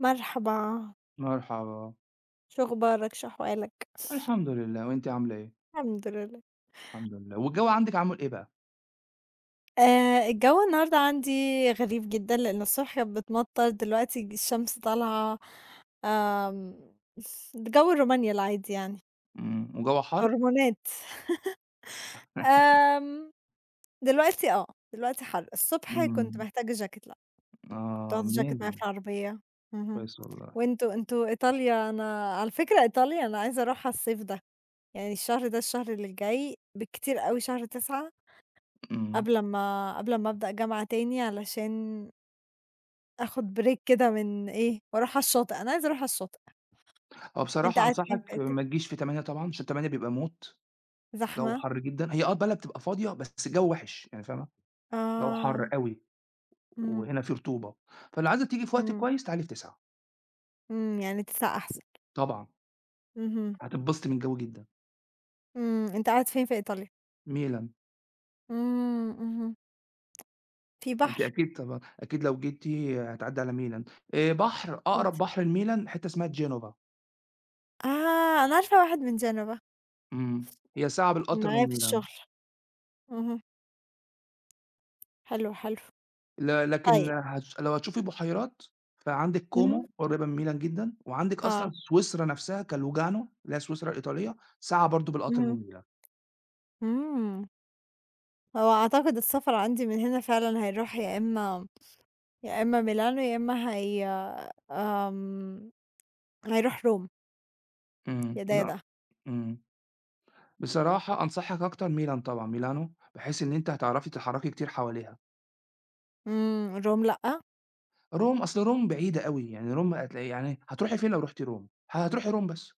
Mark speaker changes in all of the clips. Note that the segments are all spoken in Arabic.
Speaker 1: مرحبا،
Speaker 2: مرحبا،
Speaker 1: شو أخبارك، شو أحوالك؟
Speaker 2: الحمد لله، وأنتِ عاملة إيه؟
Speaker 1: الحمد لله.
Speaker 2: الحمد لله، والجو عندِك عامل إيه بقى؟
Speaker 1: الجو النهارده عندي غريب جدًا، لإن الصبح كانت بتمطّر، دلوقتي الشمس طالعة، آمم جو رومانيا العادي يعني،
Speaker 2: والجو حَر؟
Speaker 1: هرمونات. آمم دلوقتي دلوقتي حَر. الصبح كنت
Speaker 2: إمم،
Speaker 1: محتاجة جاكيت، لأ، كنت
Speaker 2: آه
Speaker 1: واخدة جاكيت معايا
Speaker 2: amazing.
Speaker 1: في العربية. اهم.
Speaker 2: كويس والله.
Speaker 1: وأنتم إيطاليا أنا على فكرة إيطاليا أنا عايزة أروحها الصيف ده، يعني الشهر ده، الشهر اللي جاي، بالكتير أوي شهر 9.
Speaker 2: إمم،
Speaker 1: قبل أمّا أبدأ جامعة تاني علشان آخُد break كده من إيه، وأروح على الشاطئ، أنا عايزة أروح على الشاطئ.
Speaker 2: هو
Speaker 1: أنت
Speaker 2: بصراحة
Speaker 1: قاعد فين في
Speaker 2: أنصحك
Speaker 1: حتّة
Speaker 2: ما تجيش في 8:00 طبعًا، عشان 8:00 بيبقى موت، جو
Speaker 1: زحمة؟
Speaker 2: حَر جدًا، هي البلد بتبقى فاضية بس الجو وِحِش، يعني فاهمة، الجو حَر
Speaker 1: آه.
Speaker 2: أوي،
Speaker 1: إمم،
Speaker 2: وهنا في رطوبة، فلو عايزة تيجي في وقت
Speaker 1: إمم،
Speaker 2: كويس تعالي في 9:00.
Speaker 1: إمم، يعني تدفع أحسن.
Speaker 2: طبعًا،
Speaker 1: اهم.
Speaker 2: هتتبسطي من الجو جدًا.
Speaker 1: إمم، أنت قاعد فين في إيطاليا؟
Speaker 2: ميلان.
Speaker 1: إمم، اهم. في
Speaker 2: ما أنتِ
Speaker 1: بحر
Speaker 2: أكيد طبعًا، أكيد لو جيتِ هتعدّي على ميلان، بحر
Speaker 1: أكيد.
Speaker 2: أقرب بحر لميلان حتة اسمها Genova.
Speaker 1: آه، أنا عارفة واحد من جنبة
Speaker 2: إمم. هي ساعة
Speaker 1: كان
Speaker 2: بالقطر من
Speaker 1: معايا في
Speaker 2: ميلان.
Speaker 1: الشغل. اهم. حلو، حلو.
Speaker 2: لكن
Speaker 1: طيب
Speaker 2: لو هتشوفي بحيرات، فعندِك
Speaker 1: اهم.
Speaker 2: كومو قريبة من ميلان جدًا، وعندِك أصلًا
Speaker 1: آه.
Speaker 2: سويسرا نفسها كلوجانو اللي هي سويسرا الإيطالية، ساعة برضه بالقطر من
Speaker 1: اهم.
Speaker 2: ميلان.
Speaker 1: إمم. هو أعتقد السفر عندي من هنا فعلًا هيروح يا إمّا ميلانو، يا إمّا هي آمم، هيروح روما،
Speaker 2: إمم.
Speaker 1: يا ده يا
Speaker 2: لأ.
Speaker 1: ده.
Speaker 2: إمم. بصراحة أنصحك أكتر ميلان طبعًا، ميلانو، بحيث إن أنتِ هتعرفي تتحرّكي كتير حواليها.
Speaker 1: إمم، روما لأ،
Speaker 2: أصل روم بعيدة أوي، يعني روم هتلاقي يعني هتروحي فين لو رُحتِ روم؟ هتروحي روم بس.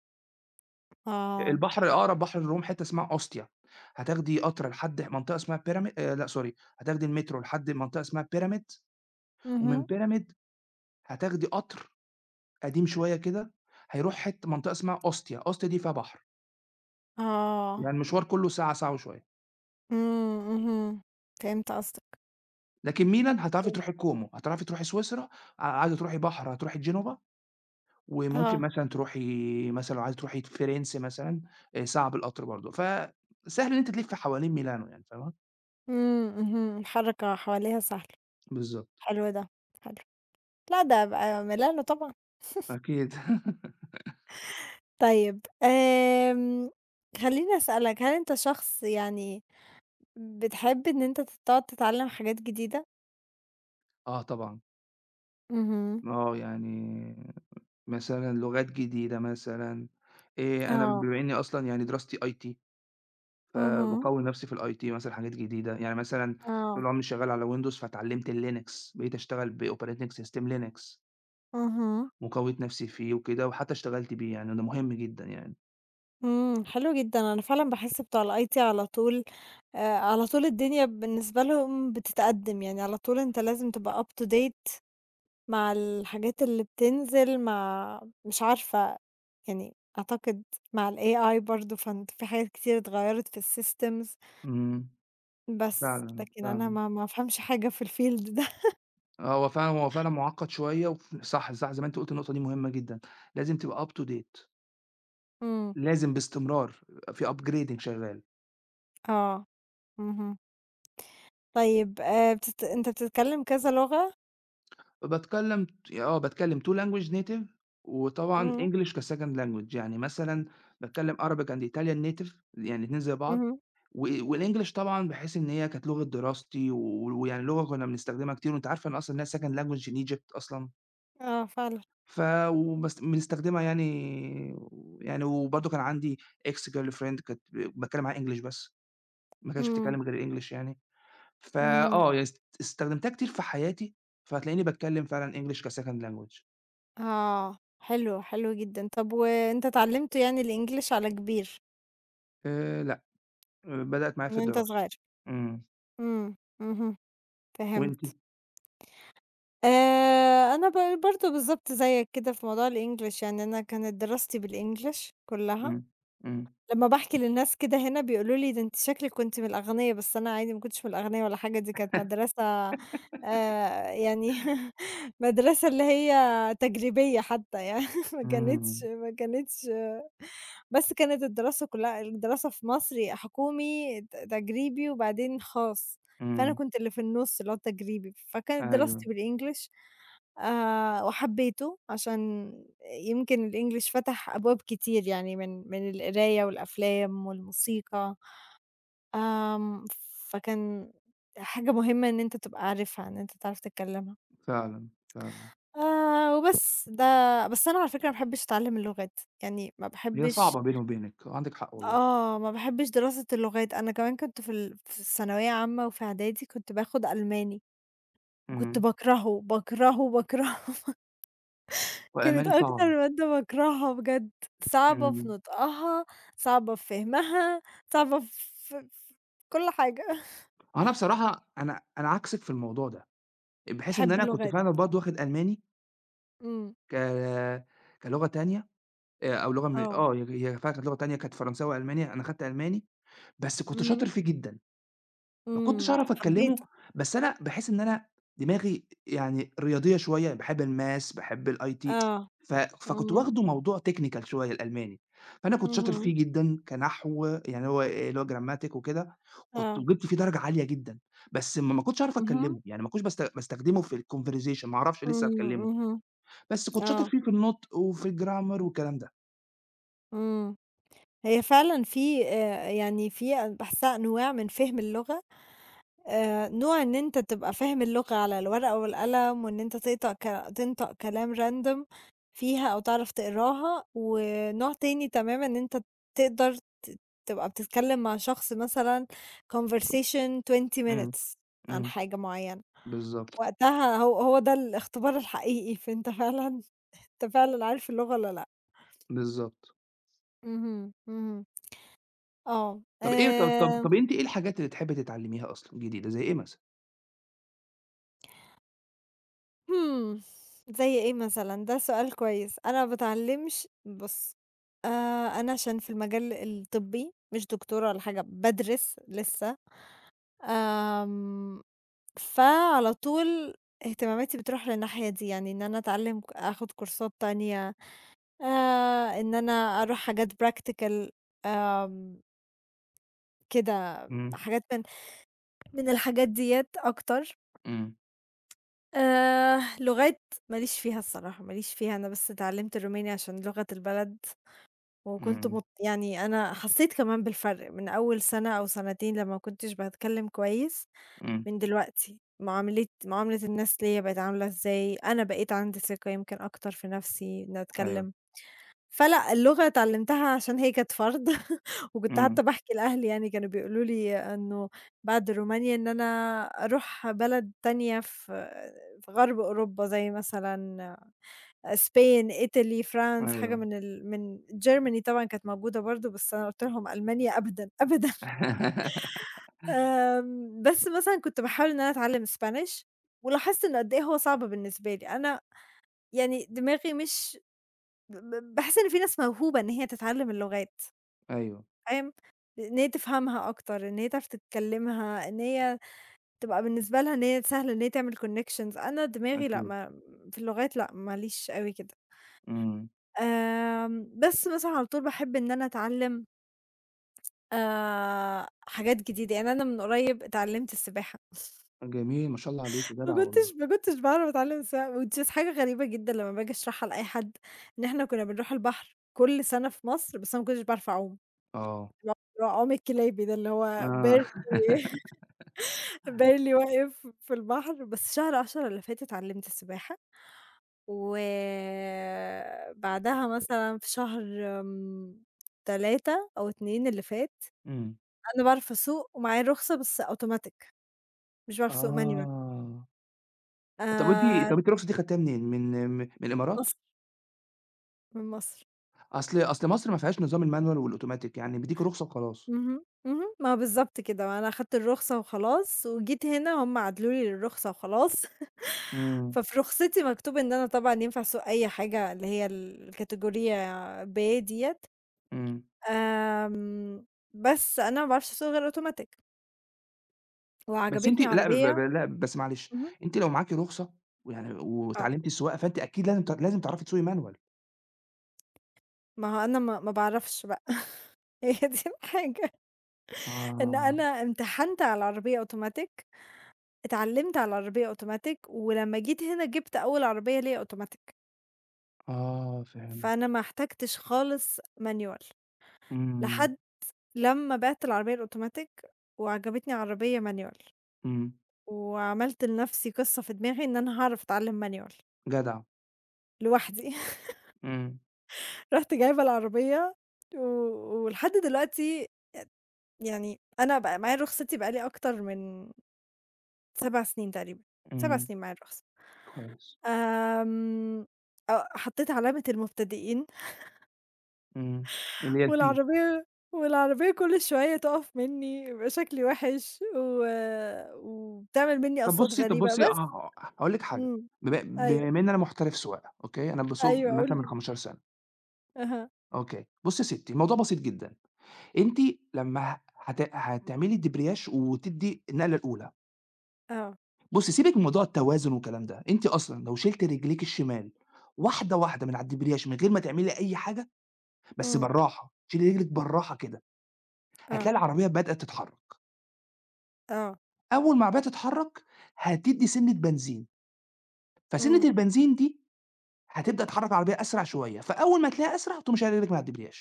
Speaker 1: آه،
Speaker 2: البحر أقرب بحر لروم حتّة اسمها أوستيا، هتاخدي قطر لحد منطقة اسمها pyramid. لأ، sorry، هتاخدي المترو لحد منطقة اسمها pyramid. ومن
Speaker 1: اهم،
Speaker 2: pyramid هتاخدي قطر قديم شوية كده، هيروح حتّة منطقة اسمها أوستيا، أوستيا دي فيها بحر،
Speaker 1: آه،
Speaker 2: يعني المشوار كلّه ساعة، ساعة وشوية.
Speaker 1: إمم، اهم، فهمت قصدك،
Speaker 2: لكن ميلان هتعرفي
Speaker 1: أوكي،
Speaker 2: تروحي كومو، هتعرفي تروحي سويسرا. عايزة تروحي بحر هتروحي جنوبا، وممكن
Speaker 1: آه،
Speaker 2: مثلًا تروحي مثلًا لو عايزة تروحي فرنسا مثلًا. ساعة بالقطر برضه، فسهل إن أنتِ تلفّي حوالين ميلانو يعني فاهمة؟
Speaker 1: إمم، اهم، الحركة حواليها سهلة،
Speaker 2: بالضبط.
Speaker 1: حلو ده، حلو. لأ، ده يبقى ميلانو طبعًا.
Speaker 2: أكيد.
Speaker 1: طيب، خلّيني أسألك، هل أنت شخص يعني بتحب إن أنت تقعد تتعلّم حاجات جديدة؟
Speaker 2: آه طبعًا.
Speaker 1: اهم،
Speaker 2: آه، يعني مثلًا لغات جديدة مثلًا. أنا
Speaker 1: آه،
Speaker 2: بما إني أصلًا يعني دراستي IT،
Speaker 1: اهم،
Speaker 2: فباقوّي نفسي في الIT مثلًا حاجات جديدة، يعني مثلًا طول
Speaker 1: آه،
Speaker 2: عمري شغّال على Windows فاتعلّمت الLinux، بقيت أشتغل بoperating system Linux،
Speaker 1: اهم.
Speaker 2: وقوّيت نفسي فيه وكده، وحتى اشتغلت بيه يعني وده مهم جدًا يعني.
Speaker 1: إمم، حلو جدًا، أنا فعلًا باحس بتوع الIT على طول على طول الدنيا بالنسبة لهم بتتقدّم، يعني على طول أنت لازم تبقى up to date مع الحاجات اللي بتنزل مع مش عارفة يعني أعتقد مع الAI برضه، فأنت في حاجات كتير اتغيّرت في الsystems
Speaker 2: إمم،
Speaker 1: بس،
Speaker 2: فعلًا،
Speaker 1: لكن أنا
Speaker 2: فعلًا.
Speaker 1: ما أفهمش حاجة في الfield ده.
Speaker 2: آه، هو فعلًا مُعقّد شوية. صح، صح، زي ما أنت قُلت النقطة دي مهمة جدًا، لازم تبقى up to date،
Speaker 1: إمم،
Speaker 2: لازم باستمرار، في upgrading شغّال.
Speaker 1: آه، اهم. طيب أنت بتتكلّم كذا لغة؟
Speaker 2: باتكلّم ت آه، باتكلّم two language native، وطبعًا
Speaker 1: إمم،
Speaker 2: English كsecond language، يعني مثلًا باتكلّم Arabic and Italian native يعني الاتنين زي بعض،
Speaker 1: اهم،
Speaker 2: و والEnglish طبعًا باحيث إن هي كانت لغة دراستي ويعني لغة كنّا بنستخدمها كتير وأنت عارفة إن أصلًا انها سكند لانجويج إن هي second language in Egypt أصلًا.
Speaker 1: آه فعلًا،
Speaker 2: ف بنستخدمها يعني وبرضه كان عندي ex girlfriend كانت باتكلّم معاها English بس، ما كانتش
Speaker 1: إمم،
Speaker 2: بتتكلّم غير English يعني.
Speaker 1: اهم.
Speaker 2: يعني استخدمتها كتير في حياتي، فهتلاقيني باتكلّم فعلًا English كsecond language.
Speaker 1: آه، حلو، حلو جدًا. طب وأنت اتعلّمت يعني الإنجليش على كبير
Speaker 2: لأ، بدأت معايا
Speaker 1: من
Speaker 2: في
Speaker 1: وأنت
Speaker 2: الدراسة.
Speaker 1: صغير؟
Speaker 2: إمم،
Speaker 1: إمم، اهم،
Speaker 2: وأنتِ؟
Speaker 1: فهمت. أنا برضه بالضبط زيك كده في موضوع الإنجليش، يعني أنا كانت دراستي بالإنجليش كلّها.
Speaker 2: إمم، إمم،
Speaker 1: لمّا باحكي للناس كده هنا بيقولوا لي: "ده أنتِ شكلِك كنتِ من الأغنيا." بس أنا عادي ما كنتش من الأغنيا ولا حاجة، دي كانت مدرسة يعني مدرسة اللي هي تجريبية حتى يعني ما كانتش
Speaker 2: إمم،
Speaker 1: ما كانتش بس كانت الدراسة كلها الدراسة في مصر حكومي، تجريبي وبعدين خاص، فأنا
Speaker 2: إمم،
Speaker 1: كنت اللي في النُص اللي هو التجريبي، فكانت
Speaker 2: أيوه،
Speaker 1: دراستي بالEnglish وحبيته عشان يمكن الEnglish فتح أبواب كتير يعني من القراية والأفلام والموسيقى، آمم فكان حاجة مهمة إن أنت تبقى عارفها، إن أنت تعرف تتكلمها.
Speaker 2: فعلًا، فعلًا.
Speaker 1: وبس، ده بس أنا على فكرة ما باحبش أتعلم اللغات، يعني ما
Speaker 2: هي
Speaker 1: باحبش
Speaker 2: صعبة بيني وبينِك، عندِك حق والله.
Speaker 1: ما باحبش دراسة اللغات، أنا كمان كنت في الثانوية عامة وفي إعدادي كنت باخد ألماني، وكنت
Speaker 2: إمم،
Speaker 1: باكرهه، باكرهه، باكرهه، كانت
Speaker 2: وألماني صعبة.
Speaker 1: أكتر مادة باكرهها بجد، صعبة في
Speaker 2: إمم،
Speaker 1: نطقها، صعبة في فهمها، صعبة في في كل حاجة.
Speaker 2: أنا بصراحة أنا عكسِك في الموضوع ده، بحيث إن
Speaker 1: باحب
Speaker 2: أنا كنت
Speaker 1: اللغات،
Speaker 2: فعلًا برضه واخد ألماني
Speaker 1: إمم،
Speaker 2: ك كلغة تانية. أو لغة م
Speaker 1: آه،
Speaker 2: آه، هي فعلًا كانت لغة تانية، كانت فرنساوي، ألماني، أنا خدت ألماني، بس كنت شاطر
Speaker 1: إمم،
Speaker 2: فيه جدًا. ما كنتش
Speaker 1: إمم،
Speaker 2: أعرف أتكلّمه،
Speaker 1: حبيته،
Speaker 2: بس أنا باحس إن أنا دماغي يعني رياضية شوية، باحب الMaths باحب الIT،
Speaker 1: آه،
Speaker 2: فكنت
Speaker 1: اهم،
Speaker 2: واخده موضوع technical شوية الألماني، فأنا كنت شاطر
Speaker 1: اهم،
Speaker 2: فيه جدًا كنحو يعني هو اللي هو Grammatic وكده، كنت
Speaker 1: آه،
Speaker 2: وجِبت فيه درجة عالية جدًا، بس ما كنتش أعرف
Speaker 1: اهم،
Speaker 2: أتكلّمه، يعني ما كنتش باستخدمه في الconversation، ما أعرفش لسه
Speaker 1: إمم،
Speaker 2: أتكلّمه،
Speaker 1: اهم،
Speaker 2: بس كنت شاطر
Speaker 1: آه،
Speaker 2: فيه في النُطق وفي الgrammar والكلام ده.
Speaker 1: إمم. هي فعلًا في يعني في أنا باحسها أنواع من فهم اللغة، نوع إن أنت تبقى فاهم اللغة على الورقة والقلم وإن أنت تقطع ك تنطق كلام random فيها أو تعرف تقراها، ونوع تاني تمامًا إن أنت تقدر ت تبقى بتتكلم مع شخص مثلًا conversation 20
Speaker 2: إمم،
Speaker 1: minutes عن
Speaker 2: إمم،
Speaker 1: حاجة معينة،
Speaker 2: بالضبط،
Speaker 1: وقتها هو ده الاختبار الحقيقي، فأنت فعلًا عارف اللغة والّا لأ.
Speaker 2: بالضبط.
Speaker 1: اهم، اهم، آه،
Speaker 2: طَب إيه طَب طَب طَب أنتِ إيه الحاجات اللي تحبّي تتعلّميها أصلًا جديدة، زي إيه مثلًا؟
Speaker 1: همم، زي إيه مثلًا؟ ده سؤال كويس، أنا ما باتعلّمش بُص، آآ أنا عشان في المجال الطبّي مش دكتورة ولا حاجة، بادرس لسه، آمم، فعلى طول اهتماماتي بتروح للناحية دي، يعني إن أنا أتعلّم آخُد كورسات تانية، إن أنا أروح حاجات practical، آمم، كده
Speaker 2: إمم،
Speaker 1: حاجات من الحاجات ديّة أكتر.
Speaker 2: إمم،
Speaker 1: لغات ما ليش فيها الصراحة، ما ليش فيها، أنا بس اتعلّمت الروماني عشان لغة البلد، وكنت
Speaker 2: إمم،
Speaker 1: مت يعني أنا حسّيت كمان بالفرق من أول سَنة أو سَنتين لمّا ما كنتش باتكلّم كويس
Speaker 2: إمم،
Speaker 1: من دلوقتي، معاملة الناس ليّا بقت عاملة إزاي، أنا بقيت عندي ثقة يمكن أكتر في نَفْسي إنّي
Speaker 2: أيوه،
Speaker 1: أتكلّم. فلأ، اللغة اتعلّمتها عشان هي كانت فرض وكنت
Speaker 2: إمم،
Speaker 1: حتى باحكي لأهلي يعني كانوا بيقولوا لي إنه بعد رومانيا إن أنا أروح بلد تانية في غرب أوروبا زي مثلًا إسبان، إيطالي، فرانس، حاجة
Speaker 2: أيوه،
Speaker 1: من Germany طبعًا كانت موجودة برضه، بس أنا قُلت لهم ألمانيا أبدًا، أبدًا. بس مثلًا كنت باحاول إن أنا أتعلّم Spanish ولاحظت إنه قد إيه هو صعب بالنسبة لي، أنا يعني دماغي مش ب ب باحس إن في ناس موهوبة إن هي تتعلّم اللغات.
Speaker 2: أيوه،
Speaker 1: فاهم؟ إن هي تفهمها أكتر، إن هي تعرف تتكلّمها، إن هي تبقى بالنسبة لها إن هي سهل إن هي تعمل connections. أنا دماغي لأ،
Speaker 2: أكيد،
Speaker 1: ما في اللغات لأ، ما ليش أوي كده.
Speaker 2: إمم،
Speaker 1: بس مثلًا على طول باحب إن أنا أتعلّم حاجات جديدة، يعني أنا من قريب اتعلّمت السباحة،
Speaker 2: جميل ما شاء الله عليكِ
Speaker 1: ما
Speaker 2: جدعة والله،
Speaker 1: كنتش ما كنتش باعرف أتعلّم السباحة which is حاجة غريبة جدًا لمّا باجي أشرحها لأي حد، إن إحنا كُنّا بنروح البحر كل سنة في مصر، بس أنا ما كنتش باعرف أعوم،
Speaker 2: آه،
Speaker 1: اللي هو عوم الكلابي ده اللي هو
Speaker 2: آه،
Speaker 1: barely باين لي واقف في البحر، بس شهر 10 اللي فاتت اتعلّمت السباحة، وبعدها مثلًا في شهر آمم 3 أو 2 اللي فات،
Speaker 2: إمم،
Speaker 1: أنا باعرف أسوق ومعايا الرخصة بس automatic، مش باعرف أسوق manual.
Speaker 2: آه.
Speaker 1: آآ
Speaker 2: طب وأنتِ طب أنتِ الرخصة دي خدتيها منين، من الإمارات؟
Speaker 1: مصر، من مصر.
Speaker 2: أصل مصر ما فيهاش نظام الmanual والأوتوماتيك يعني بيديكِ رخصة وخلاص.
Speaker 1: اهم، اهم، ما هو بالضبط كده، أنا أخدت الرخصة وخلاص، وجيت هنا هُم عادلوا لي الرخصة وخلاص،
Speaker 2: إمم،
Speaker 1: ففي رخصتي مكتوب إن أنا طبعًا ينفع أسوق أي حاجة اللي هي الكاتيجورية B ديّة.
Speaker 2: إمم،
Speaker 1: آمم، بس أنا ما باعرفش أسوق غير أوتوماتيك،
Speaker 2: بس أنتِ
Speaker 1: وعجبتني
Speaker 2: لأ ب ب
Speaker 1: عربية.
Speaker 2: لأ بس معلش،
Speaker 1: اهم،
Speaker 2: أنتِ لو معاكِ رخصة ويعني
Speaker 1: آه،
Speaker 2: واتعلمتِ السواقة فأنتِ أكيد لازم تعرفي تسوقي manual.
Speaker 1: ما هو أنا ما باعرفش بقى. هي دي الحاجة، إن
Speaker 2: آه،
Speaker 1: أنا امتحنت على عربية أوتوماتيك، اتعلمت على عربية أوتوماتيك، ولمّا جيت هنا جبت أول عربية ليّا أوتوماتيك،
Speaker 2: آه، فهمت.
Speaker 1: فأنا ما احتجتش خالص manual
Speaker 2: إمم،
Speaker 1: لحد لمّا بِعت العربية الأوتوماتيك، وعجبتني عربية manual،
Speaker 2: إمم،
Speaker 1: وعملت لنفسي قصة في دماغي إن أنا هاعرف أتعلم manual
Speaker 2: جدع،
Speaker 1: لوحدي.
Speaker 2: إمم،
Speaker 1: رُحت جايبة العربية و ولحد دلوقتي أ يعني أنا بقى معايا رخصتي بقى لي أكتر من 7 سنين تقريبًا، 7
Speaker 2: إمم،
Speaker 1: سنين معايا الرخصة.
Speaker 2: كويس،
Speaker 1: آمم، آه، حطيت علامة المبتدئين،
Speaker 2: إمم، اللي هي الP.
Speaker 1: والعربية والعربية كل شوية تُقف منّي، يبقى شكلي وِحِش وبتعمل منّي
Speaker 2: طب
Speaker 1: أصوات
Speaker 2: بُصّي طب
Speaker 1: غريبة
Speaker 2: بُصّي ه
Speaker 1: بس.
Speaker 2: ه هاقول لِك حاجة،
Speaker 1: إمم،
Speaker 2: بما
Speaker 1: أيوه،
Speaker 2: بما إن أنا محترف سواقة أوكي، أنا باسوق
Speaker 1: أيوه قُل
Speaker 2: مثلًا من
Speaker 1: لي.
Speaker 2: 15 سنة.
Speaker 1: أها،
Speaker 2: أوكي، بُصّي يا ستّي الموضوع بسيط جدًا، أنتِ لمّا ه هت هتعملي دبرياج وتدّي النقلة الأولى،
Speaker 1: آه،
Speaker 2: بُصّي سيبِك من موضوع التوازن والكلام ده، أنتِ أصلًا لو شِلتِ رجليك الشمال واحدة، واحدة من على الدبرياج من غير ما تعملي أي حاجة، بس
Speaker 1: إمم،
Speaker 2: بالراحة، شيلي رجلِك بالراحة كده، هتلاقي
Speaker 1: آه،
Speaker 2: العربية بدأت تتحرك.
Speaker 1: آه،
Speaker 2: أول ما العربية تتحرّك هتدّي سِنّة بنزين، فسِنّة
Speaker 1: إمم،
Speaker 2: البنزين دي هتبدأ تحرّك العربية أسرع شوية، فأول ما تلاقيها أسرع تقوم شايل رجلِك من على الدبرياج.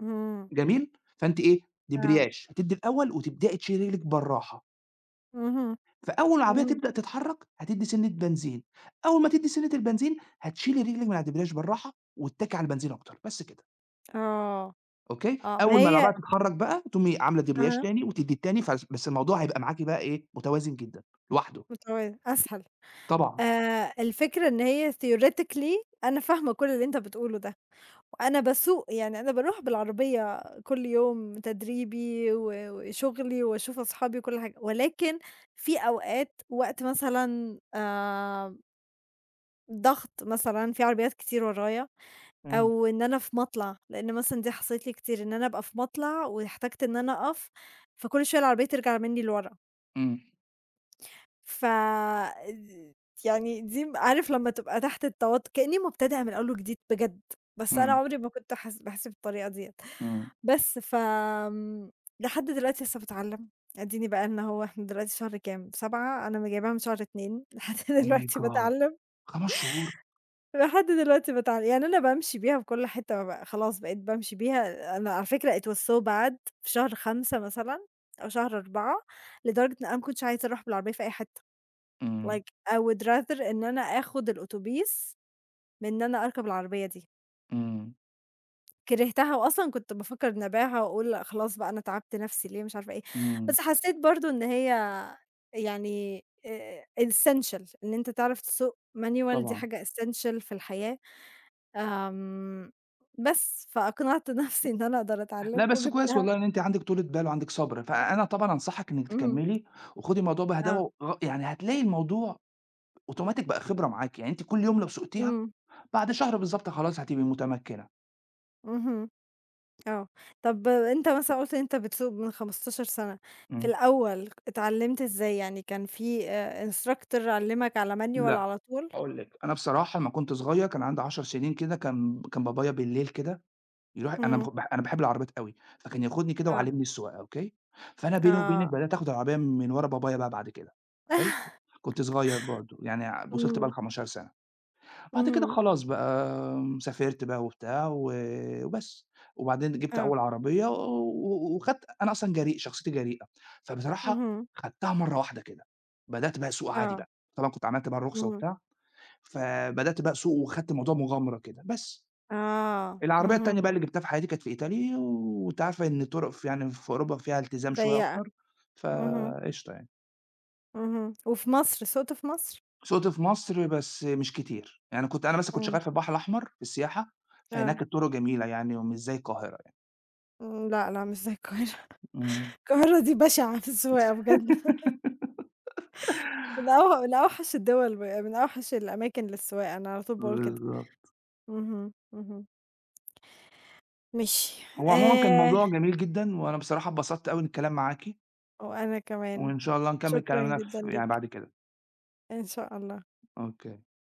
Speaker 1: إمم،
Speaker 2: جميل؟ فأنتِ إيه،
Speaker 1: آه،
Speaker 2: دبرياج، هتدّي الأول وتبدئي تشيلي رجلِك بالراحة،
Speaker 1: اهم،
Speaker 2: فأول ما العربية
Speaker 1: اهم،
Speaker 2: تبدأ تتحرّك هتدّي سِنّة بنزين، أول ما تدّي سِنّة البنزين هتشيلي رجلِك من على الدبرياج بالراحة واتّكي على البنزين أكتر، بس كده.
Speaker 1: آه.
Speaker 2: أوكي؟
Speaker 1: آه، ما
Speaker 2: أول ما
Speaker 1: هي
Speaker 2: العربية تتحرّك بقى تقومي عاملة دبرياج
Speaker 1: أها،
Speaker 2: تاني وتدّي التاني بس الموضوع هيبقى معاكِ بقى إيه، متوازن جدًا لوحده.
Speaker 1: متعودة، أسهل.
Speaker 2: طبعًا.
Speaker 1: الفكرة إن هي theoretically أنا فاهمة كل اللي أنت بتقوله ده، وأنا باسوق يعني أنا باروح بالعربية كل يوم تدريبي وشغلي واشوف أصحابي وكل حاجة، ولكن في أوقات وقت مثلًا، ضغط مثلًا في عربيات كتير ورايا،
Speaker 2: إمم.
Speaker 1: أو إن أنا في مطلع، لأن مثلًا دي حصلت لي كتير إن أنا أبقى في مطلع واحتجت إن أنا أقف، فكل شوية العربية ترجع منّي لورا.
Speaker 2: إمم،
Speaker 1: ف د يعني دي عارف لمّا تبقى تحت التوتر كإنّي مبتدئة من أول وجديد بجد، بس أنا
Speaker 2: إمم،
Speaker 1: عمري ما كنت باحس بالطريقة ديّة،
Speaker 2: إمم.
Speaker 1: بس ف آمم، لحد دلوقتي لسه باتعلّم، أديني بقالنا أهو إحنا دلوقتي شهر كام، 7، أنا جايباها من شهر 2 لحد
Speaker 2: Oh my
Speaker 1: دلوقتي
Speaker 2: God!
Speaker 1: باتعلّم،
Speaker 2: 5 شهور!
Speaker 1: لحد دلوقتي باتعلّم، يعني أنا بامشي بيها في كل حتّة بقى خلاص بقيت بامشي بيها، أنا على فكرة it was so bad في شهر 5 مثلًا أو شهر 4، لدرجة إن أنا ما كنتش عايزة أروح بالعربية في أي حتّة.
Speaker 2: إمم،
Speaker 1: like I would rather إن أنا آخد الأوتوبيس من إن أنا أركب العربية دي،
Speaker 2: إمم،
Speaker 1: كرهتها وأصلًا كنت بافكر إني أبيعها وأقول لأ خلاص بقى، أنا تعبت نفسي ليه مش عارفة إيه،
Speaker 2: إمم.
Speaker 1: بس حسيت برضه إن هي يعني essential إن أنت تعرف تسوق manual، دي
Speaker 2: طبعًا.
Speaker 1: حاجة essential في الحياة. آمم بس، فأقنعت نفسي إن أنا أقدر
Speaker 2: لأ،
Speaker 1: أتعلم
Speaker 2: بس كويس
Speaker 1: وجبتها.
Speaker 2: والله إن أنتِ عندِك طولة بال وعندِك صبر، فأنا طبعًا أنصحِك إنِّك
Speaker 1: اهم،
Speaker 2: تكمّلي وخُدي الموضوع
Speaker 1: آه،
Speaker 2: بهداوة. يعني هتلاقي الموضوع أوتوماتيك بقى خبرة معاكِ، يعني أنتِ كل يوم لو سُقتيها
Speaker 1: إمم،
Speaker 2: بعد شهر بالضبط خلاص هتبقي متمكّنة.
Speaker 1: اهم. آه. طب أنت مثلًا قُلت إن أنت بتسوق من 15 سَنة، في
Speaker 2: إمم.
Speaker 1: الأول اتعلّمت إزاي؟ يعني كان في instructor علّمك على manual
Speaker 2: لأ،
Speaker 1: على طول؟
Speaker 2: هاقول لك، أنا بصراحة لمّا كنت صغير كان عندي 10 سنين كده، كان بابايا بالليل كده. الواحد أنا
Speaker 1: إمم.
Speaker 2: باخ باح أنا باحب العربيات أوي، فكان ياخدني كده
Speaker 1: آه.
Speaker 2: ويعلّمني السواقة أوكي. فأنا بيني وبينِك
Speaker 1: آه.
Speaker 2: بدأت آخُد العربية من ورا بابايا بقى بعد كده. حلو، كنت صغير برضه، يعني وصلت بقى
Speaker 1: إمم.
Speaker 2: ل15 سَنة، بعد كده
Speaker 1: اهم.
Speaker 2: خلاص بقى سافرت بقى وبتاع وبس، وبعدين جِبت
Speaker 1: آه.
Speaker 2: أول عربية و و وخدت أنا أصلًا جريء، شخصيتي جريئة، فبصراحة
Speaker 1: اهم.
Speaker 2: خدتها مرّة واحدة كده، بدأت بقى أسوق عادي
Speaker 1: آه.
Speaker 2: بقى، طبعًا كنت عملت بقى الرخصة
Speaker 1: اهم.
Speaker 2: وبتاع، فبدأت بقى أسوق وخدت الموضوع مغامرة كده، بس.
Speaker 1: آه.
Speaker 2: العربية التانية
Speaker 1: اهم.
Speaker 2: بقى اللي جِبتها في حياتي كانت في إيطالي، وأنتِ عارفة إن طُرق في يعني في أوروبا فيها التزام شوية
Speaker 1: ضيّقة.
Speaker 2: أكتر،
Speaker 1: اهم.
Speaker 2: فقشطة يعني.
Speaker 1: اهم. وفي مصر، سُقت في مصر؟
Speaker 2: سُقت في مصر بس مش كتير، يعني كنت أنا مثلًا كنت
Speaker 1: إمم.
Speaker 2: شغّال في البحر الأحمر في السياحة، فهناك
Speaker 1: آه.
Speaker 2: الطُرق جميلة يعني ومش زي القاهرة يعني.
Speaker 1: إمم. لأ، لأ، مش زي القاهرة.
Speaker 2: إمم،
Speaker 1: القاهرة دي بشعة في السواقة بجد. من أوحش الدول من أوحش الأماكن للسواقة، أنا على طول باقول كده.
Speaker 2: بالضبط.
Speaker 1: اهم، اهم. ماشي
Speaker 2: هو عمومًا كان الموضوع جميل جدًا، وأنا بصراحة اتبسطت أوي من الكلام معاكِ،
Speaker 1: وأنا كمان.
Speaker 2: وإن شاء الله نكمّل
Speaker 1: شكرًا
Speaker 2: كلامنا
Speaker 1: جدًا
Speaker 2: يعني
Speaker 1: ليك،
Speaker 2: بعد كده.
Speaker 1: إن شاء الله.
Speaker 2: أوكي.